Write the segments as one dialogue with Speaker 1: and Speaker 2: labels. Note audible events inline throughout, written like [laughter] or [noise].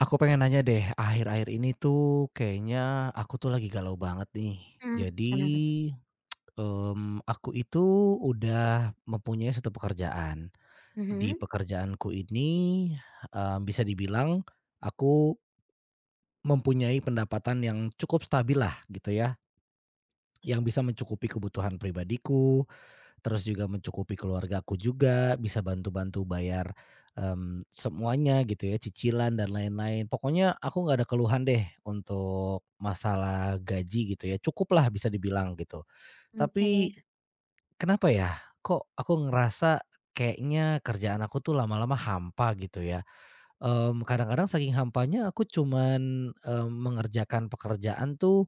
Speaker 1: Aku pengen nanya deh, akhir-akhir ini tuh kayaknya aku tuh lagi galau banget nih.
Speaker 2: Mmm,
Speaker 1: Jadi,
Speaker 2: Kenapa tuh?
Speaker 1: aku itu udah mempunyai satu pekerjaan. Di
Speaker 2: Mhm,
Speaker 1: pekerjaanku ini, bisa dibilang aku mempunyai pendapatan yang cukup stabil lah, gitu ya, yang bisa mencukupi kebutuhan pribadiku, terus juga mencukupi keluargaku juga, bisa bantu-bantu bayar, semuanya gitu ya, cicilan dan lain-lain. Pokoknya aku nggak ada keluhan deh untuk masalah gaji gitu ya, cukuplah bisa dibilang gitu.
Speaker 2: oke deh.
Speaker 1: Tapi kenapa ya, kok aku ngerasa kayaknya kerjaan aku tuh lama-lama hampa gitu ya. Kadang-kadang saking hampanya aku cuman, mengerjakan pekerjaan tuh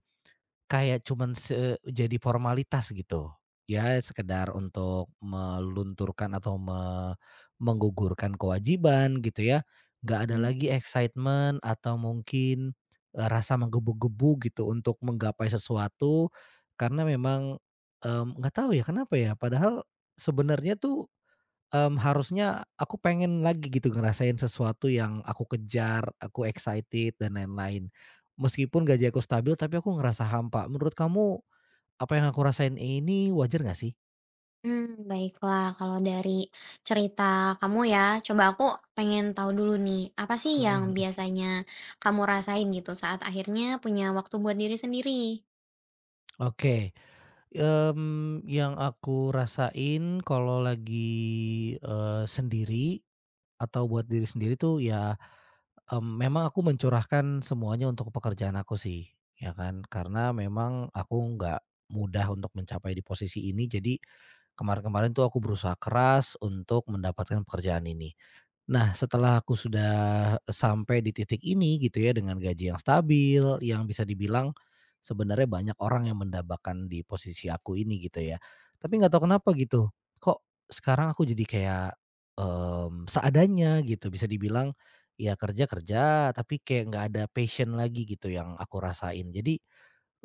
Speaker 1: kayak cuman jadi formalitas gitu. Ya sekedar untuk melunturkan atau menggugurkan kewajiban gitu ya. Nggak ada
Speaker 2: Mmm,
Speaker 1: lagi excitement atau mungkin, rasa menggebu-gebu gitu untuk menggapai sesuatu, karena memang, nggak tahu ya kenapa ya, padahal sebenarnya tuh harusnya aku pengen lagi gitu ngerasain sesuatu yang aku kejar, aku excited dan lain-lain. Meskipun gaji aku stabil, tapi aku ngerasa hampa. Menurut kamu, apa yang aku rasain ini wajar nggak sih?
Speaker 2: mmm, Baiklah kalau dari cerita kamu ya, coba aku pengen tahu dulu nih, apa sih
Speaker 1: Mhm,
Speaker 2: yang
Speaker 1: mhm.
Speaker 2: biasanya kamu rasain gitu saat akhirnya punya waktu buat diri sendiri?
Speaker 1: Oke, yang aku rasain kalau lagi, sendiri atau buat diri sendiri tuh ya. Memang aku mencurahkan semuanya untuk pekerjaan aku sih, ya kan. Karena memang aku nggak mudah untuk mencapai di posisi ini, jadi kemarin-kemarin tuh aku berusaha keras untuk mendapatkan pekerjaan ini. Nah, setelah aku sudah sampai di titik ini gitu ya, dengan gaji yang stabil, yang bisa dibilang sebenarnya banyak orang yang mendapatkan di posisi aku ini gitu ya. Tapi nggak tahu kenapa gitu, kok sekarang aku jadi kayak, seadanya gitu, bisa dibilang ya kerja kerja, tapi kayak nggak ada passion lagi gitu yang aku rasain. Jadi,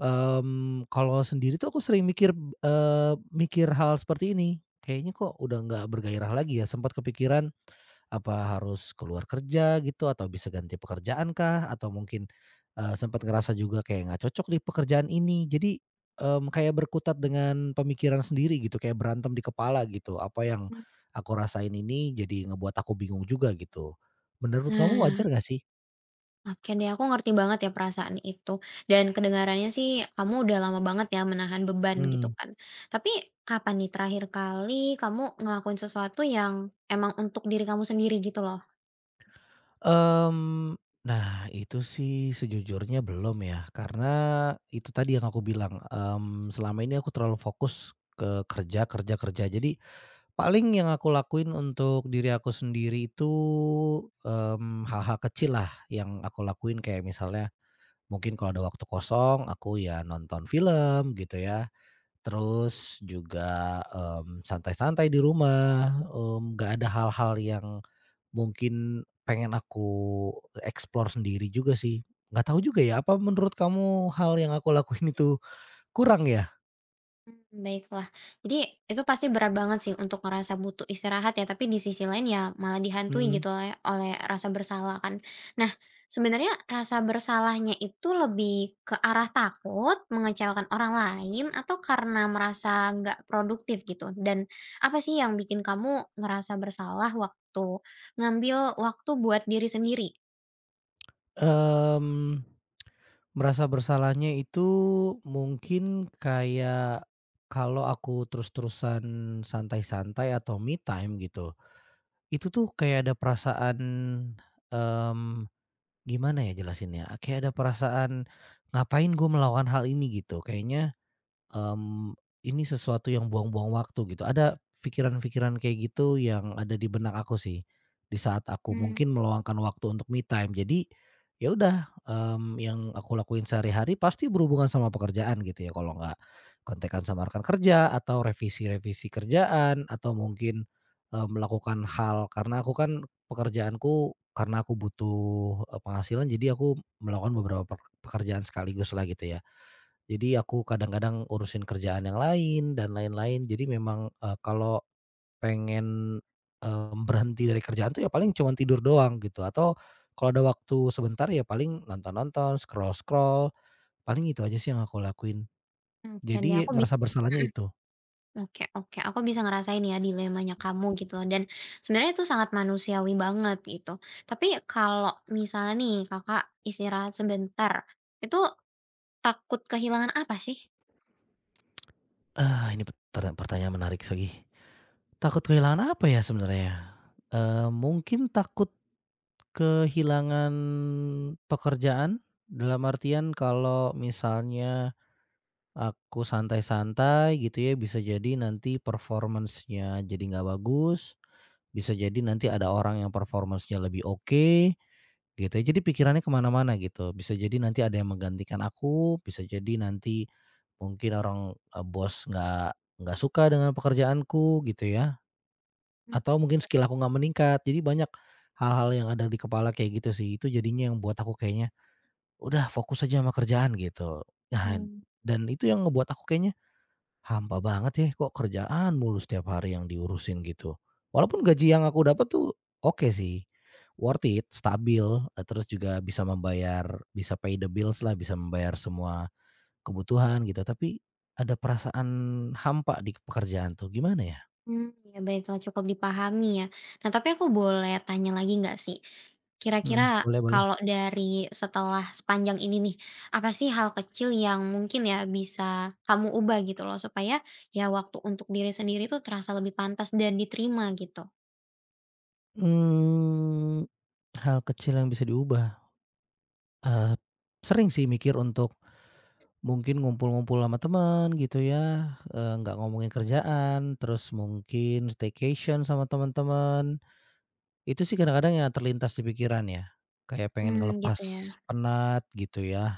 Speaker 1: kalau sendiri tuh aku sering mikir hal seperti ini, kayaknya kok udah nggak bergairah lagi ya, sempat kepikiran apa harus keluar kerja gitu atau bisa ganti pekerjaan kah? Atau mungkin, sempat ngerasa juga kayak nggak cocok di pekerjaan ini. Jadi, kayak berkutat dengan pemikiran sendiri gitu, kayak berantem di kepala gitu. Apa yang
Speaker 2: Mmm,
Speaker 1: aku rasain ini jadi ngebuat aku bingung juga gitu. Menurut kamu
Speaker 2: nah,
Speaker 1: wajar gak sih?
Speaker 2: oke deh, aku ngerti banget ya perasaan itu, dan kedengarannya sih kamu udah lama banget ya menahan beban gitu
Speaker 1: Mmm,
Speaker 2: kan. Tapi kapan nih terakhir kali kamu ngelakuin sesuatu yang emang untuk diri kamu sendiri gitu loh?
Speaker 1: mmm, nah itu sih sejujurnya belum ya, karena itu tadi yang aku bilang, selama ini aku terlalu fokus ke kerja kerja kerja. Jadi paling yang aku lakuin untuk diri aku sendiri itu, hal-hal kecil lah yang aku lakuin kayak misalnya mungkin kalau ada waktu kosong aku ya nonton film gitu ya, terus juga, santai-santai di rumah, nggak ada hal-hal yang mungkin pengen aku explore sendiri juga sih. Nggak tahu juga ya, apa menurut kamu hal yang aku lakuin itu kurang ya?
Speaker 2: Baiklah. Jadi itu pasti berat banget sih untuk ngerasa butuh istirahat ya, tapi di sisi lain ya malah dihantui
Speaker 1: Mhm,
Speaker 2: gitu oleh oleh rasa bersalah kan. Nah, sebenarnya rasa bersalahnya itu lebih ke arah takut mengecewakan orang lain atau karena merasa nggak produktif gitu? Dan apa sih yang bikin kamu ngerasa bersalah waktu ngambil waktu buat diri sendiri?
Speaker 1: mmm. Merasa bersalahnya itu mungkin kayak kalau aku terus-terusan santai-santai atau me time gitu, itu tuh kayak ada perasaan, mmm, gimana ya jelasinnya, kayak ada perasaan ngapain gue melakukan hal ini gitu, kayaknya Mmm, ini sesuatu yang buang-buang waktu gitu. Ada pikiran-pikiran kayak gitu yang ada di benak aku sih, di saat aku
Speaker 2: Mmm,
Speaker 1: mungkin meluangkan waktu untuk me time. Jadi, ya udah, yang aku lakuin sehari-hari pasti berhubungan sama pekerjaan gitu ya, kalau nggak kontekan sama rekan kerja atau revisi-revisi kerjaan atau mungkin, melakukan hal karena aku kan pekerjaanku karena aku butuh, penghasilan jadi aku melakukan beberapa pekerjaan sekaligus lah gitu ya. Jadi aku kadang-kadang urusin kerjaan yang lain dan lain-lain. Jadi memang, kalau pengen, berhenti dari kerjaan tuh ya paling cuma tidur doang gitu atau kalau ada waktu sebentar ya paling nonton-nonton, scroll-scroll, paling itu aja sih yang aku lakuin.
Speaker 2: oke deh
Speaker 1: Jadi
Speaker 2: aku bisa
Speaker 1: merasa bersalahnya itu.
Speaker 2: Oke oke, aku bisa ngerasain ya dilemanya kamu gitu loh, dan sebenarnya itu sangat manusiawi banget gitu. Tapi kalau misalnya nih Kakak istirahat sebentar, itu takut kehilangan apa sih?
Speaker 1: Ah, ini pertanyaan menarik segi. Takut kehilangan apa ya sebenarnya? Mungkin takut kehilangan pekerjaan dalam artian kalau misalnya aku santai-santai gitu ya, bisa jadi nanti performance-nya jadi nggak bagus, bisa jadi nanti ada orang yang performance-nya lebih oke, gitu ya. Jadi pikirannya kemana-mana gitu, bisa jadi nanti ada yang menggantikan aku, bisa jadi nanti mungkin orang, bos nggak suka dengan pekerjaanku gitu ya,
Speaker 2: Hmm.
Speaker 1: atau mungkin skill aku nggak meningkat. Jadi banyak hal-hal yang ada di kepala kayak gitu sih, itu jadinya yang buat aku kayaknya, "Udah fokus aja sama kerjaan," gitu. Nah, dan itu yang ngebuat aku kayaknya hampa banget ya, kok kerjaan mulu setiap hari yang diurusin gitu. Walaupun gaji yang aku dapat tuh oke sih, worth it, stabil, terus juga bisa pay the bills lah, bisa membayar semua kebutuhan gitu, tapi ada perasaan hampa di pekerjaan tuh, gimana ya?
Speaker 2: Mmm, Ya baiklah, cukup dipahami ya. Nah tapi aku boleh tanya lagi nggak sih?
Speaker 1: Mhm,
Speaker 2: Kira-kira
Speaker 1: boleh boleh.
Speaker 2: kalau dari setelah sepanjang ini nih, apa sih hal kecil yang mungkin ya bisa kamu ubah gitu loh supaya ya waktu untuk diri sendiri itu terasa lebih pantas dan diterima gitu?
Speaker 1: Mmm, hal kecil yang bisa diubah, eee, sering sih mikir untuk mungkin ngumpul-ngumpul sama teman gitu ya, nggak ngomongin kerjaan, terus mungkin staycation sama teman-teman. Itu sih kadang-kadang yang terlintas di pikiran ya, kayak pengen ngelepas
Speaker 2: Gitu ya.
Speaker 1: penat gitu ya,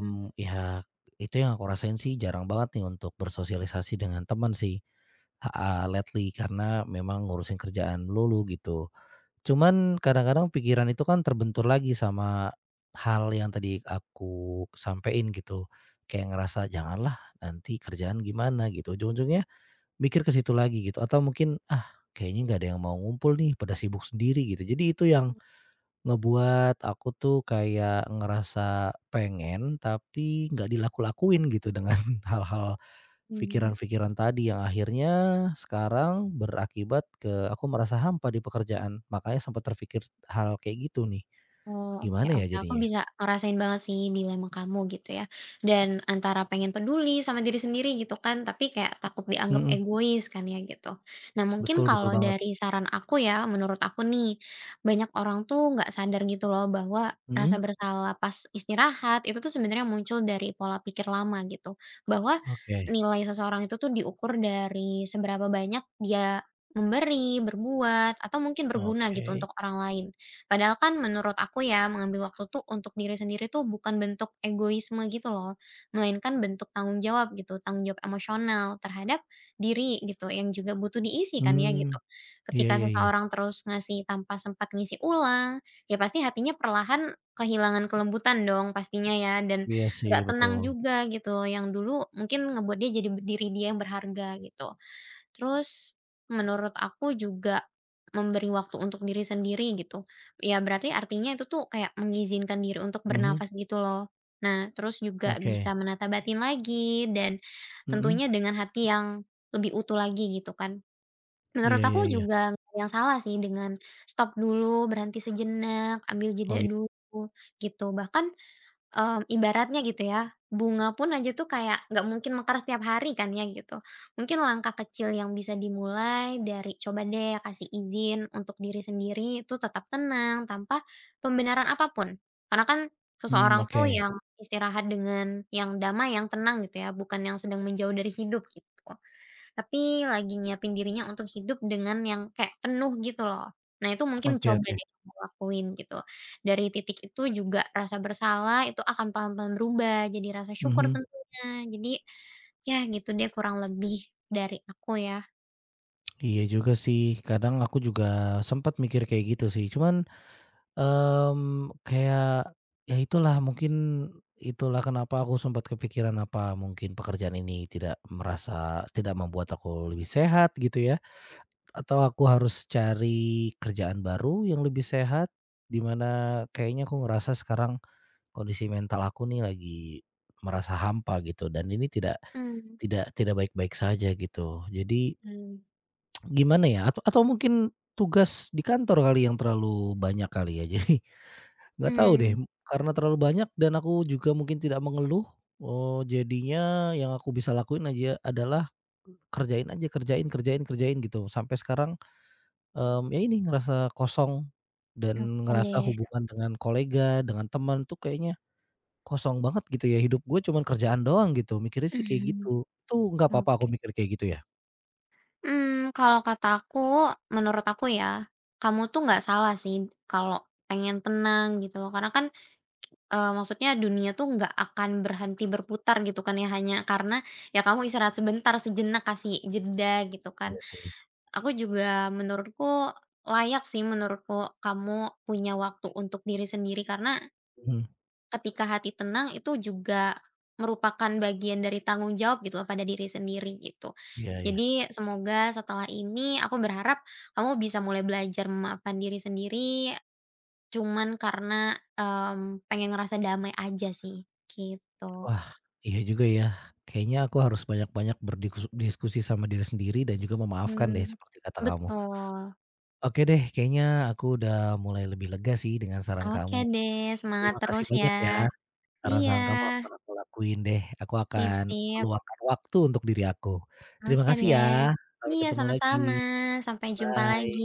Speaker 2: Mmm.
Speaker 1: ya itu yang aku rasain sih jarang banget nih untuk bersosialisasi dengan teman sih, heeh, lately karena memang ngurusin kerjaan lulu gitu. Cuman kadang-kadang pikiran itu kan terbentur lagi sama hal yang tadi aku sampein gitu. Kayak ngerasa, "Janganlah, nanti kerjaan gimana?" gitu. Ujung-ujungnya mikir ke situ lagi gitu atau mungkin, "Ah, kayaknya nggak ada yang mau ngumpul nih, pada sibuk sendiri," gitu. Jadi itu yang ngebuat aku tuh kayak ngerasa pengen, tapi nggak dilaku-lakuin gitu dengan [laughs] hal-hal
Speaker 2: Mhm.
Speaker 1: Pikiran-pikiran tadi yang akhirnya sekarang berakibat ke aku merasa hampa di pekerjaan, makanya sempat terpikir hal kayak gitu nih,
Speaker 2: Oh, oke
Speaker 1: gimana ya
Speaker 2: oke, aku
Speaker 1: jadinya?
Speaker 2: bisa ngerasain banget sih dilema kamu gitu ya. Dan antara pengen peduli sama diri sendiri gitu kan, tapi kayak takut dianggap
Speaker 1: Mhm,
Speaker 2: egois kan ya gitu. Nah mungkin
Speaker 1: betul betul
Speaker 2: kalau
Speaker 1: banget.
Speaker 2: dari saran aku ya, menurut aku nih, banyak orang tuh nggak sadar gitu loh bahwa rasa
Speaker 1: Mhm,
Speaker 2: bersalah pas istirahat itu tuh sebenarnya muncul dari pola pikir lama gitu. Bahwa
Speaker 1: oke
Speaker 2: nilai seseorang itu tuh diukur dari seberapa banyak dia memberi, berbuat, atau mungkin berguna
Speaker 1: oke.
Speaker 2: gitu untuk orang lain. Padahal kan menurut aku ya, mengambil waktu tuh untuk diri sendiri tuh bukan bentuk egoisme gitu loh, melainkan bentuk tanggung jawab gitu, tanggung jawab emosional terhadap diri gitu, yang juga butuh diisi kan ya
Speaker 1: mmm,
Speaker 2: gitu.
Speaker 1: iya
Speaker 2: Ketika
Speaker 1: iya iya,
Speaker 2: seseorang terus ngasih tanpa sempat ngisi ulang, ya pasti hatinya perlahan kehilangan kelembutan dong pastinya ya, dan
Speaker 1: iya sih
Speaker 2: nggak tenang
Speaker 1: betul.
Speaker 2: juga gitu, yang dulu mungkin ngebuat dia jadi diri dia yang berharga gitu. Terus menurut aku juga memberi waktu untuk diri sendiri gitu. Ya berarti artinya itu tuh kayak mengizinkan diri untuk
Speaker 1: Mhm,
Speaker 2: bernafas gitu loh. Nah, terus juga
Speaker 1: oke.
Speaker 2: bisa menata batin lagi dan
Speaker 1: Mhm,
Speaker 2: tentunya dengan hati yang lebih utuh lagi gitu kan. Menurut
Speaker 1: iya iya
Speaker 2: aku
Speaker 1: iya,
Speaker 2: juga nggak ada yang salah sih dengan stop dulu, berhenti sejenak, ambil jeda
Speaker 1: oh iya.
Speaker 2: dulu gitu. Bahkan ibaratnya gitu ya, bunga pun aja tuh kayak nggak mungkin mekar setiap hari kan ya gitu. Mungkin langkah kecil yang bisa dimulai dari coba deh kasih izin untuk diri sendiri itu tetap tenang tanpa pembenaran apapun. Karena kan seseorang
Speaker 1: Oke
Speaker 2: tuh yang istirahat dengan yang damai, yang tenang gitu ya, bukan yang sedang menjauh dari hidup gitu. Tapi lagi nyiapin dirinya untuk hidup dengan yang kayak penuh gitu loh. Nah itu mungkin
Speaker 1: oke
Speaker 2: coba
Speaker 1: oke.
Speaker 2: deh kamu lakuin gitu. Dari titik itu juga rasa bersalah itu akan pelan-pelan berubah jadi rasa syukur
Speaker 1: Mhm,
Speaker 2: tentunya. Jadi ya gitu deh kurang lebih dari aku ya.
Speaker 1: iya juga sih, kadang aku juga sempat mikir kayak gitu sih, cuman kayak, ya itulah mungkin itulah kenapa aku sempat kepikiran apa mungkin pekerjaan ini tidak merasa tidak membuat aku lebih sehat gitu ya, atau aku harus cari kerjaan baru yang lebih sehat, di mana kayaknya aku ngerasa sekarang kondisi mental aku nih lagi merasa hampa gitu dan ini tidak
Speaker 2: Mmm.
Speaker 1: tidak tidak baik-baik saja gitu. Jadi
Speaker 2: Mmm.
Speaker 1: gimana ya, atau mungkin tugas di kantor kali yang terlalu banyak kali ya? [laughs] Jadi nggak tahu deh,
Speaker 2: Mmm,
Speaker 1: karena terlalu banyak dan aku juga mungkin tidak mengeluh, jadinya yang aku bisa lakuin aja adalah kerjain aja, kerjain kerjain kerjain gitu. Sampai sekarang, ya ini ngerasa kosong dan
Speaker 2: oke
Speaker 1: ngerasa
Speaker 2: deh.
Speaker 1: hubungan dengan kolega, dengan teman tuh kayaknya kosong banget gitu ya, hidup gue cuman kerjaan doang gitu, mikirnya sih kayak
Speaker 2: Mhm.
Speaker 1: gitu. Itu nggak apa-apa aku
Speaker 2: Oke.
Speaker 1: mikir kayak gitu ya?
Speaker 2: Kalau kata aku, menurut aku ya, kamu tuh nggak salah sih kalau pengen tenang gitu loh. Karena kan maksudnya dunia tuh nggak akan berhenti berputar gitu kan ya, hanya karena ya kamu istirahat sebentar, sejenak, kasih jeda gitu kan.
Speaker 1: Iya sih.
Speaker 2: Aku juga menurutku layak sih, menurutku kamu punya waktu untuk diri sendiri karena
Speaker 1: Mhm.
Speaker 2: ketika hati tenang itu juga merupakan bagian dari tanggung jawab gitu loh pada diri sendiri gitu.
Speaker 1: Iya iya.
Speaker 2: Jadi semoga setelah ini aku berharap kamu bisa mulai belajar memaafkan diri sendiri cuman karena pengen ngerasa damai aja sih, gitu.
Speaker 1: Wah, iya juga ya. Kayaknya aku harus banyak-banyak berdiskusi sama diri sendiri dan juga memaafkan deh
Speaker 2: Mmm,
Speaker 1: seperti kata kamu.
Speaker 2: Betul.
Speaker 1: Oke deh, kayaknya aku udah mulai lebih lega sih dengan saran
Speaker 2: Oke
Speaker 1: kamu.
Speaker 2: deh, semangat
Speaker 1: Terima kasih
Speaker 2: terus ya.
Speaker 1: banyak ya.
Speaker 2: Iya,
Speaker 1: Saran-saran kamu akan aku lakuin deh. Aku
Speaker 2: sip
Speaker 1: akan
Speaker 2: sip.
Speaker 1: meluangkan waktu untuk diri aku. Terima
Speaker 2: Oke
Speaker 1: kasih ya.
Speaker 2: deh.
Speaker 1: Sampai
Speaker 2: Iya,
Speaker 1: ketemu lagi.
Speaker 2: sama-sama. Sampai jumpa
Speaker 1: Bye.
Speaker 2: lagi.